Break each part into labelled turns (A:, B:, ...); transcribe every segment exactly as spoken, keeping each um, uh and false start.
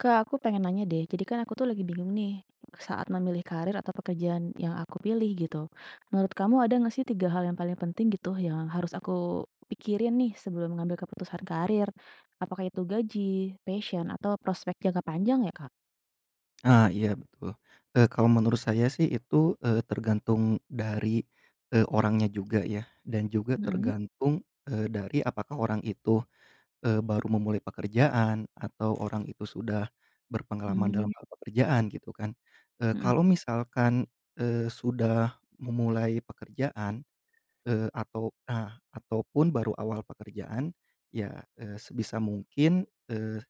A: Kak, aku pengen nanya deh. Jadi kan aku tuh lagi bingung nih saat memilih karir atau pekerjaan yang aku pilih gitu. Menurut kamu ada nggak sih tiga hal yang paling penting gitu yang harus aku pikirin nih sebelum mengambil keputusan karir? Apakah itu gaji, passion, atau prospek jangka panjang ya, Kak?
B: Ah, iya betul. Eee, kalau menurut saya sih itu, eee, tergantung dari, eee, orangnya juga ya, dan juga
A: Mhm.
B: tergantung, eee, dari apakah orang itu, eee, baru memulai pekerjaan atau orang itu sudah berpengalaman dalam
A: Mmm.
B: hal pekerjaan gitu kan. Eee,
A: Mhm.
B: kalau misalkan, eee, sudah memulai pekerjaan, eee, atau ah, ataupun baru awal pekerjaan, ya, eee, sebisa mungkin, eh,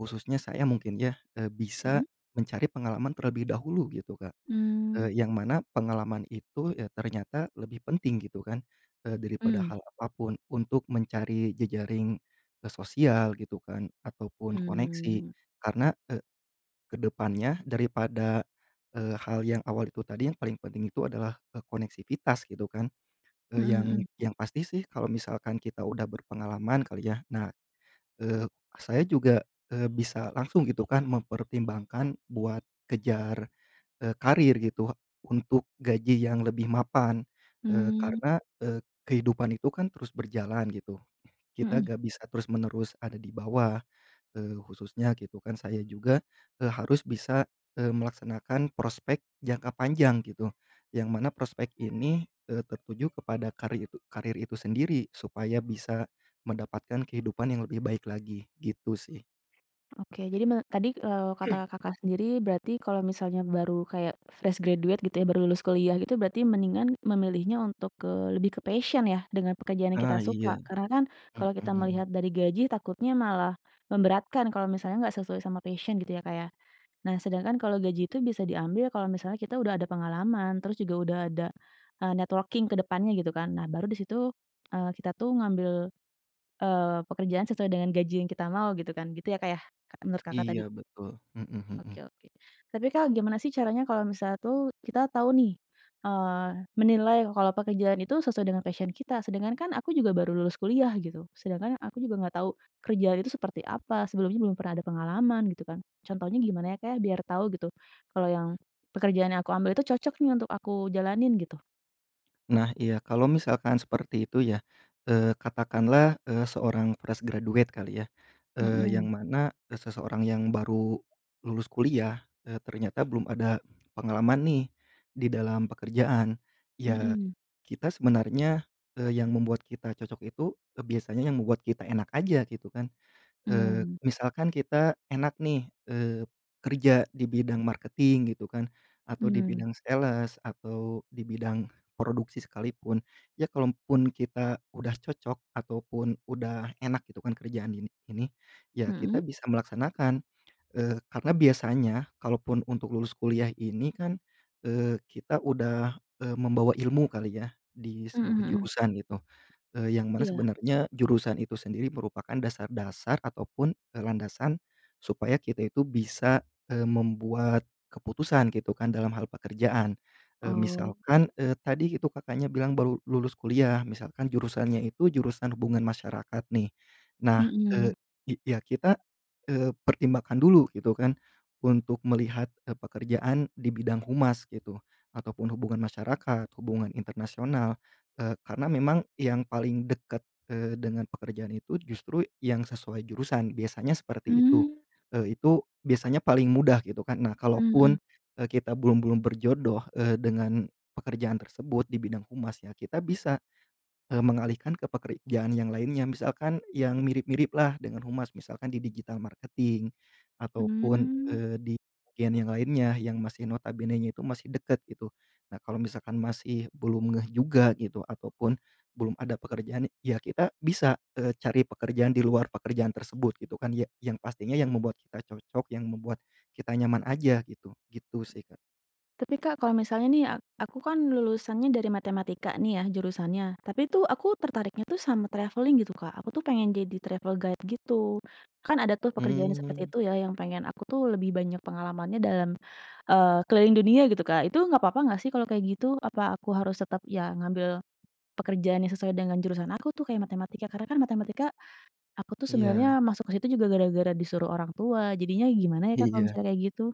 B: Khususnya saya mungkin ya, eee, bisa
A: Mhm.
B: mencari pengalaman terlebih dahulu gitu, Kak.
A: Mmm.
B: Eee, yang mana pengalaman itu ya ternyata lebih penting gitu kan, eee, daripada
A: Mmm.
B: hal apa pun untuk mencari jejaring, eee, sosial gitu kan ataupun koneksi.
A: Mmm.
B: Karena, eee, ke depannya daripada, eee, hal yang awal itu tadi yang paling penting itu adalah, eee, koneksivitas gitu kan, eee,
A: Mhm
B: yang
A: mhm.
B: yang pasti sih kalau misalkan kita udah berpengalaman kali ya, nah. Eee, saya juga, eee, bisa langsung gitu kan mempertimbangkan buat kejar, eee, karir gitu untuk gaji yang lebih mapan, eee,
A: Mmm.
B: karena, eee, kehidupan itu kan terus berjalan gitu. Kita
A: Mhm.
B: gak bisa terus-menerus ada di bawah eee, khususnya gitu kan. Saya juga, eee, harus bisa, eee, melaksanakan prospek jangka panjang gitu, yang mana prospek ini, eee, tertuju kepada karir itu karir itu sendiri supaya bisa mendapatkan kehidupan yang lebih baik lagi, gitu sih.
A: Oke, jadi me tadi, kalau kata Kakak sendiri berarti kalau misalnya baru kayak fresh graduate gitu ya, baru lulus kuliah gitu berarti mendingan memilihnya untuk ke lebih ke passion ya, dengan pekerjaan yang
B: Ah,
A: kita
B: iya.
A: suka. Karena kan
B: Mhm
A: kalau kita
B: mhm.
A: melihat dari gaji takutnya malah memberatkan kalau misalnya nggak sesuai sama passion gitu ya, kayak. Nah, sedangkan kalau gaji itu bisa diambil kalau misalnya kita udah ada pengalaman, terus juga udah ada, eee, networking ke depannya gitu kan. Nah, baru di situ, eee, kita tuh ngambil Eee, pekerjaan sesuai dengan gaji yang kita mau gitu kan, gitu ya, Kak, ya? Ka menurut Kakak
B: Iya
A: tadi?
B: betul. Mhm mhm.
A: Oke oke. Tapi, Kak, gimana sih caranya kalau misalnya tuh kita tahu nih, eee, menilai kalau pekerjaan itu sesuai dengan passion kita, sedangkan kan aku juga baru lulus kuliah gitu, sedangkan aku juga nggak tahu kerjaan itu seperti apa, sebelumnya belum pernah ada pengalaman gitu kan. Contohnya gimana ya, Kak, ya, biar tahu gitu kalau yang pekerjaan yang aku ambil itu cocok nih untuk aku jalanin gitu?
B: Nah, iya, kalau misalkan seperti itu ya, eee, katakanlah, eee, seorang fresh graduate kali ya, eee, yang
A: Mhm.
B: mana, eee, seseorang yang baru lulus kuliah, eee, ternyata belum ada pengalaman nih di dalam pekerjaan. Ya,
A: Mhm.
B: kita sebenarnya, eee, yang membuat kita cocok itu, eee, biasanya yang membuat kita enak aja gitu kan. Eee,
A: Mmm.
B: misalkan kita enak nih, eee, kerja di bidang marketing gitu kan, atau di
A: Mmm.
B: bidang sales, atau di bidang produksi sekalipun. Ya kalaupun kita udah cocok ataupun udah enak gitu kan kerjaan ini ini, ya kita
A: Mhm.
B: bisa melaksanakan. Eee, karena biasanya kalaupun untuk lulus kuliah ini kan, eee, kita udah, eee, membawa ilmu kali ya di
A: Mhm
B: sebuah
A: mhm mhm.
B: jurusan gitu. Eee, yang mana
A: Iya.
B: sebenarnya jurusan itu sendiri merupakan dasar-dasar ataupun, eee, landasan supaya kita itu bisa, eee, membuat keputusan gitu kan dalam hal pekerjaan. Eee,
A: Oh.
B: misalkan, eee, tadi itu Kakaknya bilang baru lulus kuliah, misalkan jurusannya itu jurusan hubungan masyarakat nih. Nah, eee,
A: Mhm.
B: i ya kita Eee, pertimbangkan dulu gitu kan, untuk melihat, eee, pekerjaan di bidang humas gitu, ataupun hubungan masyarakat, hubungan internasional, eee, karena memang yang paling dekat, eee, dengan pekerjaan itu justru yang sesuai jurusan, biasanya seperti itu.
A: Mmm.
B: Eee, itu biasanya paling mudah gitu kan. Nah, kalaupun,
A: Mhm
B: eee, kita belum belum berjodoh, eee, dengan pekerjaan tersebut di bidang humas, ya kita bisa Eee, mengalihkan ke pekerjaan yang lainnya, misalkan yang mirip-mirip lah dengan humas, misalkan di digital marketing ataupun,
A: mhm.
B: eee, di bagian yang lainnya yang masih notabene-nya itu masih dekat gitu. Nah, kalau misalkan masih belum ngeh juga gitu ataupun belum ada pekerjaan, ya kita bisa, eee, cari pekerjaan di luar pekerjaan tersebut gitu kan ya, yang pastinya yang membuat kita cocok, yang membuat kita nyaman aja gitu, gitu sih, Kak.
A: Tapi Kak, kalau misalnya nih, ak aku kan lulusannya dari matematika nih ya jurusannya, tapi tuh aku tertariknya tuh sama travelling gitu Kak, aku tuh pengen jadi travel guide gitu. Kan ada tuh pekerjaan
B: Hmm,
A: seperti itu ya yang pengen aku tuh lebih banyak pengalamannya dalam, eee, keliling dunia gitu Kak, itu nggak apa-apa nggak sih kalau kayak gitu? Apa aku harus tetap ya ngambil pekerjaan yang sesuai dengan jurusan aku tuh kayak matematika? Karena kan matematika aku tuh
B: iya,
A: sebenarnya masuk ke situ juga gara-gara disuruh orang tua, jadinya gimana ya Kak kalau
B: iya.
A: misalnya kayak gitu?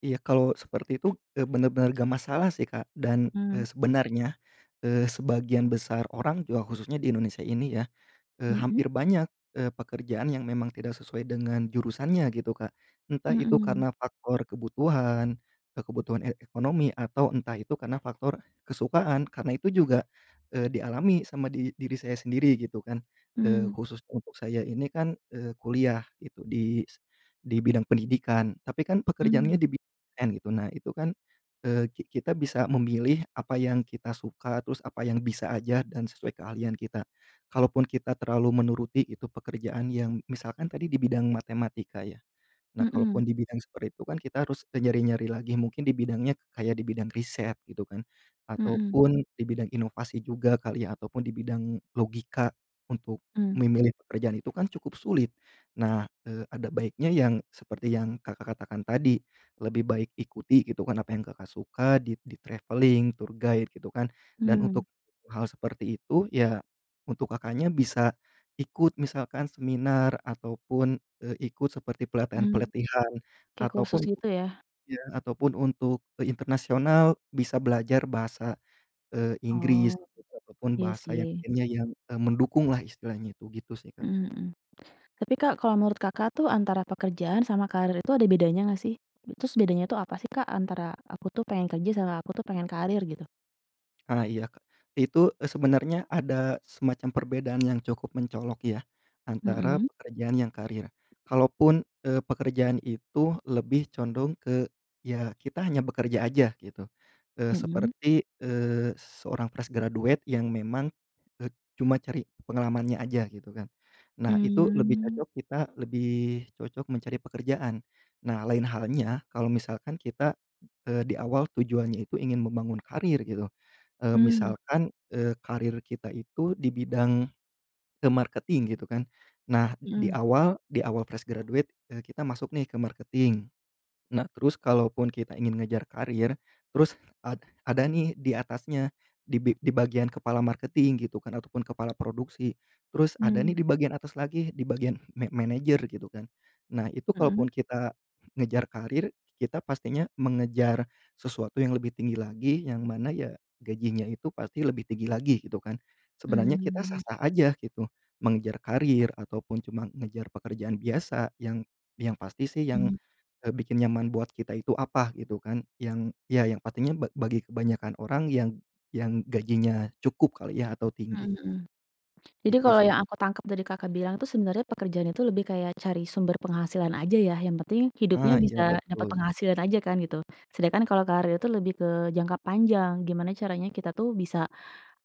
B: Iya, kalau seperti itu, eee, benar bener gak masalah sih, Kak, dan,
A: Mmm.
B: eee, sebenarnya, eee, sebagian besar orang juga khususnya di Indonesia ini ya, Eee,
A: Mhm.
B: hampir banyak, eee, pekerjaan yang memang tidak sesuai dengan jurusannya gitu, Kak. Entah itu
A: Mhm.
B: karena faktor kebutuhan, eee, kebutuhan e ekonomi atau entah itu karena faktor kesukaan, karena itu juga, eee, dialami sama di diri saya sendiri gitu kan. Eee,
A: Mmm.
B: khusus untuk saya ini kan, eee, kuliah itu di di bidang pendidikan, tapi kan
A: Mmm.
B: pekerjaannya di bidang desain gitu. Nah itu kan, eee, ki kita bisa memilih apa yang kita suka, terus apa yang bisa aja dan sesuai keahlian kita kalaupun kita terlalu menuruti itu pekerjaan yang misalkan tadi di bidang matematika ya. Nah,
A: Mhm.
B: kalaupun di bidang seperti itu kan kita harus nyari-nyari lagi mungkin di bidangnya kayak di bidang riset gitu kan,
A: Mhm.
B: ataupun di bidang inovasi juga kali ya, ataupun di bidang logika untuk
A: Mmm.
B: memilih pekerjaan itu kan cukup sulit. Nah, eee, ada baiknya yang seperti yang Kakak katakan tadi, lebih baik ikuti gitu kan apa yang Kakak suka di di travelling, tour guide gitu kan. Dan
A: Mmm.
B: untuk hal seperti itu ya untuk Kakaknya bisa ikut misalkan seminar ataupun Eee, ikut seperti
A: Mmm.
B: pelatihan-pelatihan
A: Kayak kursus
B: ataupun
A: gitu ya?
B: ya, ataupun untuk ke internasional bisa belajar bahasa, eee, Inggris
A: Oh,
B: gitu ataupun
A: iya
B: bahasa yang
A: sih,
B: lainnya yang, eee, mendukunglah istilahnya itu, gitu sih, Kak.
A: mhm mhm. Tapi Kak kalau menurut Kakak tuh antara pekerjaan sama karir itu ada bedanya nggak sih? Terus bedanya tuh apa sih Kak antara aku tuh pengen kerja sama aku tuh pengen karir gitu?
B: Ah, iya, Kak. Itu, eee, sebenarnya ada semacam perbedaan yang cukup mencolok ya, antara Mhm.
A: Mhm.
B: pekerjaan yang karir. Kalaupun, eee, pekerjaan itu lebih condong ke, ya kita hanya bekerja aja gitu, eee,
A: Mhm.
B: seperti, eee, seorang fresh graduate yang memang, eee, cuma cari pengalamannya aja gitu kan. Nah itu lebih
A: Mmm.
B: cocok kita lebih cocok mencari pekerjaan. Nah lain halnya kalau misalkan kita, eee, di awal tujuannya itu ingin membangun karir gitu. Eee,
A: Mmm.
B: misalkan, eee, karir kita itu di bidang, eee, marketing gitu kan. Nah, di
A: Mhm.
B: awal di awal fresh graduate, eee, kita masuk nih ke marketing. Nah, terus kalaupun kita ingin ngejar karir, terus ad ada nih di atasnya, di bi di bagian kepala marketing gitu kan, ataupun kepala produksi. Terus ada
A: Mmm.
B: nih di bagian atas lagi, di bagian ma manajer gitu kan. Nah, itu
A: Mhm.
B: kalaupun kita ngejar karir, kita pastinya mengejar sesuatu yang lebih tinggi lagi, yang mana ya gajinya itu pasti lebih tinggi lagi gitu kan. Sebenarnya kita
A: Mmm.
B: sah-sah aja gitu, mengejar karir ataupun cuma ngejar pekerjaan biasa yang yang pasti sih yang
A: Mmm.
B: Eee, bikin nyaman buat kita itu apa gitu kan, yang ya yang pastinya ba bagi kebanyakan orang yang yang gajinya cukup kali ya atau
A: Mhm
B: tinggi,
A: mhm. Jadi
B: gitu
A: kalau
B: sih,
A: yang
B: Kak.
A: aku tangkap dari Kakak bilang itu sebenarnya pekerjaan itu lebih kayak cari sumber penghasilan aja ya, yang penting hidupnya
B: Ah,
A: bisa
B: iya
A: dapat
B: betul.
A: penghasilan aja kan gitu. Sedangkan kalau karir itu lebih ke jangka panjang, gimana caranya kita tuh bisa,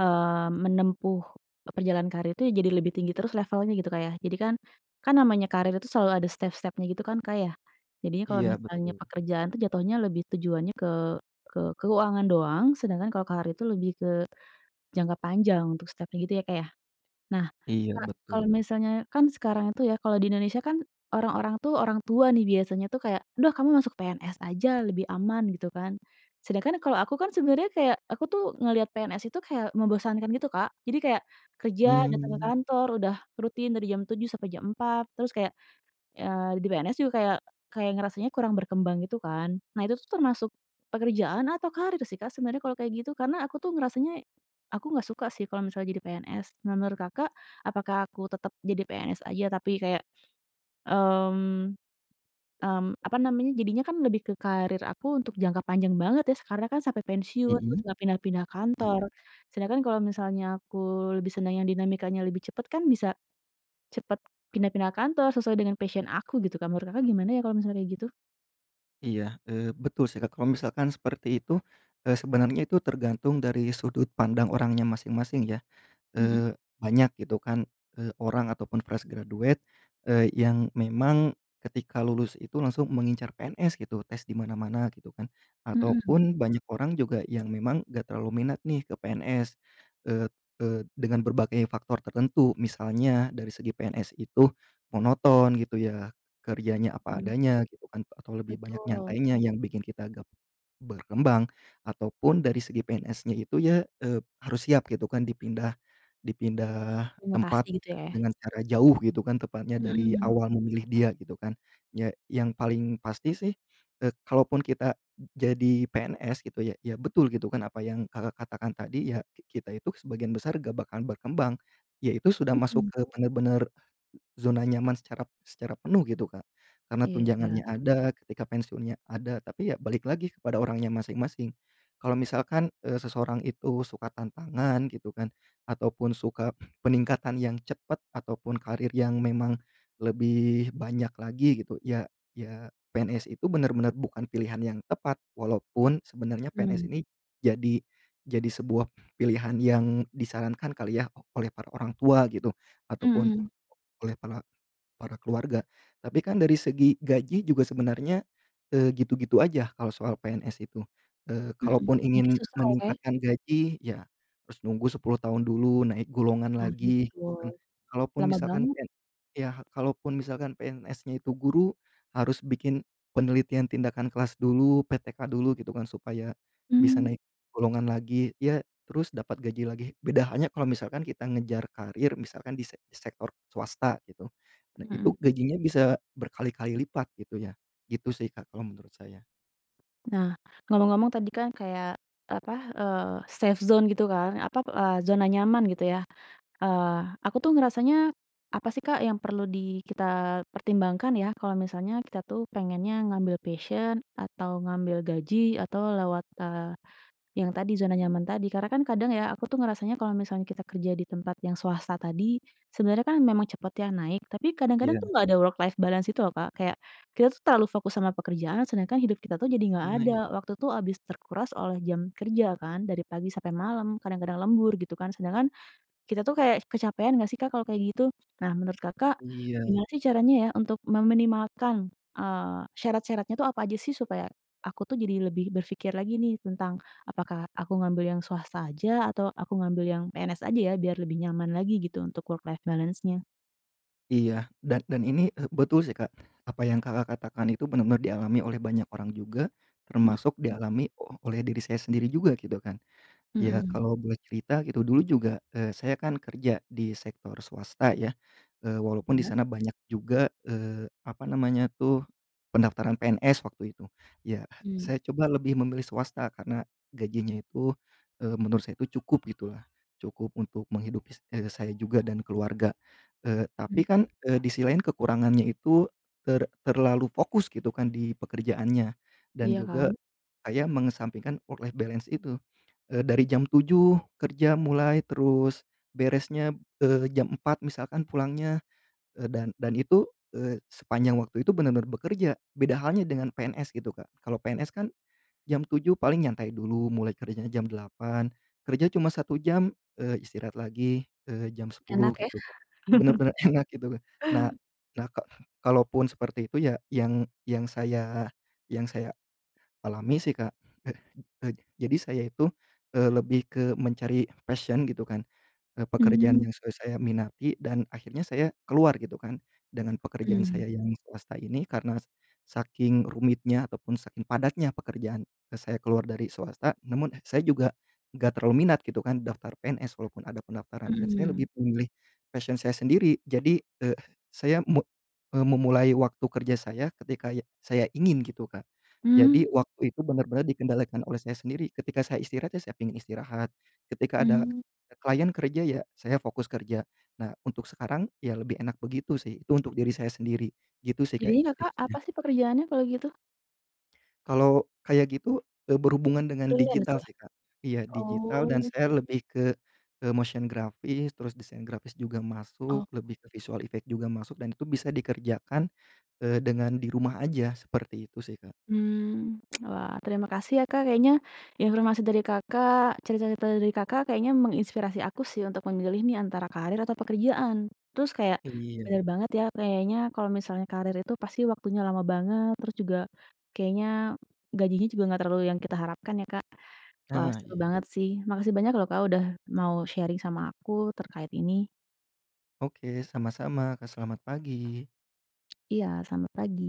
A: eee, menempuh perjalanan karir itu jadi lebih tinggi terus levelnya gitu, Kak, ya. Jadi kan kan namanya karir itu selalu ada step-step-nya gitu kan, Kak, ya. Jadinya kalau
B: Iya
A: misalnya
B: betul.
A: pekerjaan tuh jatuhnya lebih tujuannya ke ke keuangan doang, sedangkan kalau karir itu lebih ke jangka panjang untuk step-nya gitu ya, Kak, ya? Nah,
B: Iya
A: Kak,
B: betul.
A: kalau misalnya kan sekarang itu ya, kalau di Indonesia kan orang-orang tuh, orang tua nih biasanya tuh kayak, "duh kamu masuk P N S aja lebih aman," gitu kan. Sedangkan kalau aku kan sebenarnya kayak, aku tuh ngelihat P N S itu kayak membosankan gitu, Kak. Jadi kayak kerja, datang ke
B: Mmm,
A: kantor, udah rutin dari jam tujuh sampai jam empat terus kayak Eee, di P N S juga kayak kayak ngerasanya kurang berkembang gitu kan. Nah itu tuh termasuk pekerjaan atau karir sih Kak sebenarnya kalau kayak gitu, karena aku tuh ngerasanya aku nggak suka sih kalau misalnya jadi P N S. Nah menurut Kakak, apakah aku tetap jadi P N S aja tapi kayak, mmm mmm, apa namanya, jadinya kan lebih ke karir aku untuk jangka panjang banget ya, karena kan sampai pensiun, terus
B: mhm,
A: nggak pindah-pindah kantor.
B: iya,
A: Sedangkan kalau misalnya aku lebih senang yang dinamikanya lebih cepat kan bisa Cepet pindah-pindah kantor sesuai dengan passion aku gitu Kak, menurut Kakak gimana ya kalau misalnya kayak gitu?
B: iya, eee, betul sih, Kak, kalau misalkan seperti itu, eee, sebenarnya itu tergantung dari sudut pandang orangnya masing-masing ya.
A: Mhm
B: eee, Banyak gitu kan, eee, orang ataupun fresh graduate, eee, yang memang ketika lulus itu langsung mengincar P N S gitu, tes di mana-mana gitu kan,
A: mhm
B: ataupun banyak orang juga yang memang gak terlalu minat nih ke P N S, eee eee, dengan berbagai faktor tertentu, misalnya dari segi P N S itu monoton gitu ya, kerjanya apa
A: mhm.
B: adanya gitu kan, atau lebih banyak
A: Betul,
B: nyantainya yang bikin kita agak berkembang, ataupun dari segi P N S-nya itu ya, eee, harus siap gitu kan dipindah dipindah
A: mutasi
B: tempat
A: gitu ya?
B: dengan cara jauh gitu kan tepatnya dari
A: Mhm
B: awal memilih dia gitu kan. Ya yang paling pasti sih, eee, kalaupun kita jadi P N S gitu ya, ya betul gitu kan apa yang Kakak katakan tadi ya ki kita itu sebagian besar gak bakalan berkembang, ya itu sudah masuk
A: mhm.
B: ke bener-bener zona nyaman secara secara penuh gitu, Kak. Karena
A: Iya.
B: tunjangannya Mhm. ada, ketika pensiunnya ada, tapi ya balik lagi kepada orangnya masing-masing. Kalau misalkan, eee, seseorang itu suka tantangan gitu kan, ataupun suka peningkatan yang cepat, ataupun karir yang memang lebih banyak lagi gitu, ya ya P N S itu benar-benar bukan pilihan yang tepat, walaupun sebenarnya P N S
A: Mmm.
B: ini jadi jadi sebuah pilihan yang disarankan kali ya, oleh para orang tua gitu, ataupun
A: Mhm
B: oleh para Para keluarga. Tapi kan dari segi gaji juga sebenarnya, eee, gitu-gitu aja kalau soal P N S itu. Eee,
A: mhm.
B: kalaupun
A: Naiknya
B: ingin
A: susah ya, Kak, ya?
B: meningkatkan gaji, ya harus nunggu sepuluh tahun dulu, naik golongan
A: Nah, iya
B: lagi gitu
A: betul,
B: kan. Kalaupun
A: lama
B: misalkan
A: banget.
B: pen Ya kalaupun misalkan P N S-nya itu guru, harus bikin penelitian tindakan kelas dulu, P T K dulu gitu kan, supaya bisa
A: Mmm.
B: naik golongan lagi, ya terus dapat gaji lagi. Beda halnya kalau misalkan kita ngejar karir misalkan di sek sektor swasta gitu. Nah itu
A: Mhm.
B: gajinya bisa berkali-kali lipat gitu ya, gitu sih Kak kalau menurut saya.
A: Nah, ngomong-ngomong tadi kan kayak apa, eee, safe zone gitu kan, apa, eee, zona nyaman gitu ya. Eee, aku tuh ngerasanya, apa sih Kak yang perlu di kita pertimbangkan ya kalau misalnya kita tuh pengennya ngambil passion atau ngambil gaji atau lewat, eee, yang tadi zona nyaman tadi. Karena kan kadang ya aku tuh ngerasanya kalau misalnya kita kerja di tempat yang swasta tadi, sebenarnya kan memang cepet ya naik, tapi
B: Iya,
A: kadang-kadang tuh nggak ada work life balance itu loh Kak. Kayak kita tuh terlalu fokus sama pekerjaan sedangkan hidup kita tuh jadi
B: ah,
A: nggak ada.
B: i
A: Mhm. Waktu tuh habis terkuras oleh jam kerja kan, dari pagi sampai malam, kadang-kadang lembur gitu kan. Sedangkan kita tuh kayak kecapean nggak sih Kak kalau kayak gitu? Nah menurut Kakak,
B: iya,
A: gimana sih caranya ya untuk meminimalkan, eee, syarat-syaratnya tuh apa aja sih supaya aku tuh jadi lebih berpikir lagi nih tentang apakah aku ngambil yang swasta aja atau aku ngambil yang P N S aja ya biar lebih nyaman lagi gitu untuk work life balance-nya?
B: iya, dan dan ini, eee, betul sih Kak, apa yang Kakak katakan itu benar-benar dialami oleh banyak orang juga,
A: Mhm
B: termasuk dialami o oleh diri saya sendiri juga gitu kan. Ya,
A: mhm.
B: kalau boleh cerita gitu, dulu juga, eee, saya kan kerja di sektor swasta ya, eee, walaupun di
A: Iya.
B: sana banyak juga, eee, apa namanya tuh, pendaftaran P N S waktu itu. Ya,
A: Mhm
B: saya coba lebih memilih swasta karena gajinya itu, eee, menurut saya itu cukup gitulah, cukup untuk menghidupi, eee, saya juga dan keluarga. Eee, tapi
A: mhm.
B: kan, eee, di sisi lain kekurangannya itu ter terlalu fokus gitu kan di pekerjaannya dan
A: Iya
B: juga
A: kan?
B: saya mengesampingkan work life balance itu. Eee, dari jam tujuh kerja mulai, terus beresnya, eee, jam empat misalkan pulangnya, eee, dan dan itu, eee, sepanjang waktu itu bener-bener bekerja. Beda halnya dengan P N S gitu, Kak. Kalau P N S kan jam tujuh paling nyantai dulu, mulai kerjanya jam delapan kerja cuma satu jam, eee, istirahat lagi, eee, jam sepuluh
A: Enak ya?
B: gitu, Kak. Bener-bener enak gitu, Kak. Nah Nah, ka kalaupun seperti itu ya yang yang saya yang saya alami sih Kak, eee, ej jadi saya itu, eee, lebih ke mencari passion gitu kan. Eee, pekerjaan
A: Mmm.
B: yang se saya minati dan akhirnya saya keluar gitu kan, dengan pekerjaan
A: Mhm
B: saya yang swasta ini karena saking rumitnya ataupun saking padatnya pekerjaan, eee, saya keluar dari swasta namun saya juga nggak terlalu minat gitu kan daftar P N S walaupun ada pendaftaran dan saya
A: mhm.
B: lebih memilih passion saya sendiri jadi, eee, saya mu eee, memulai waktu kerja saya ketika ya saya ingin gitu Kak. Jadi
A: Mmm.
B: waktu itu benar-benar dikendalikan oleh saya sendiri ketika saya istirahat ya saya pengen istirahat, ketika ada
A: Mhm.
B: ada klien kerja ya, saya fokus kerja. Nah, untuk sekarang ya lebih enak begitu sih, itu untuk diri saya sendiri, gitu sih Kak
A: Jadinya Kakak
B: tipsnya.
A: apa sih pekerjaannya kalau gitu?
B: Kalau kayak gitu, eee, berhubungan dengan
A: Freelance
B: digital
A: ya?
B: sih Kak. Iya digital dan
A: Oh.
B: saya lebih ke, eee, motion grafis, terus desain grafis juga masuk,
A: Oh.
B: lebih ke visual effect juga masuk dan itu bisa dikerjakan, eee, dengan di rumah aja, seperti itu sih Kak.
A: Mmm, wah terima kasih ya Kak, kayaknya informasi dari Kakak, cerita-cerita dari Kakak kayaknya menginspirasi aku sih untuk memilih nih antara karir atau pekerjaan. Terus kayak
B: Iya.
A: bener banget ya kayaknya kalau misalnya karir itu pasti waktunya lama banget, terus juga kayaknya gajinya juga nggak terlalu yang kita harapkan ya Kak. Wah
B: Nah,
A: seru
B: iya.
A: banget sih, makasih banyak loh Kak, udah mau sharing sama aku terkait ini.
B: Oke, sama-sama Kak, selamat pagi.
A: Iya, selamat pagi.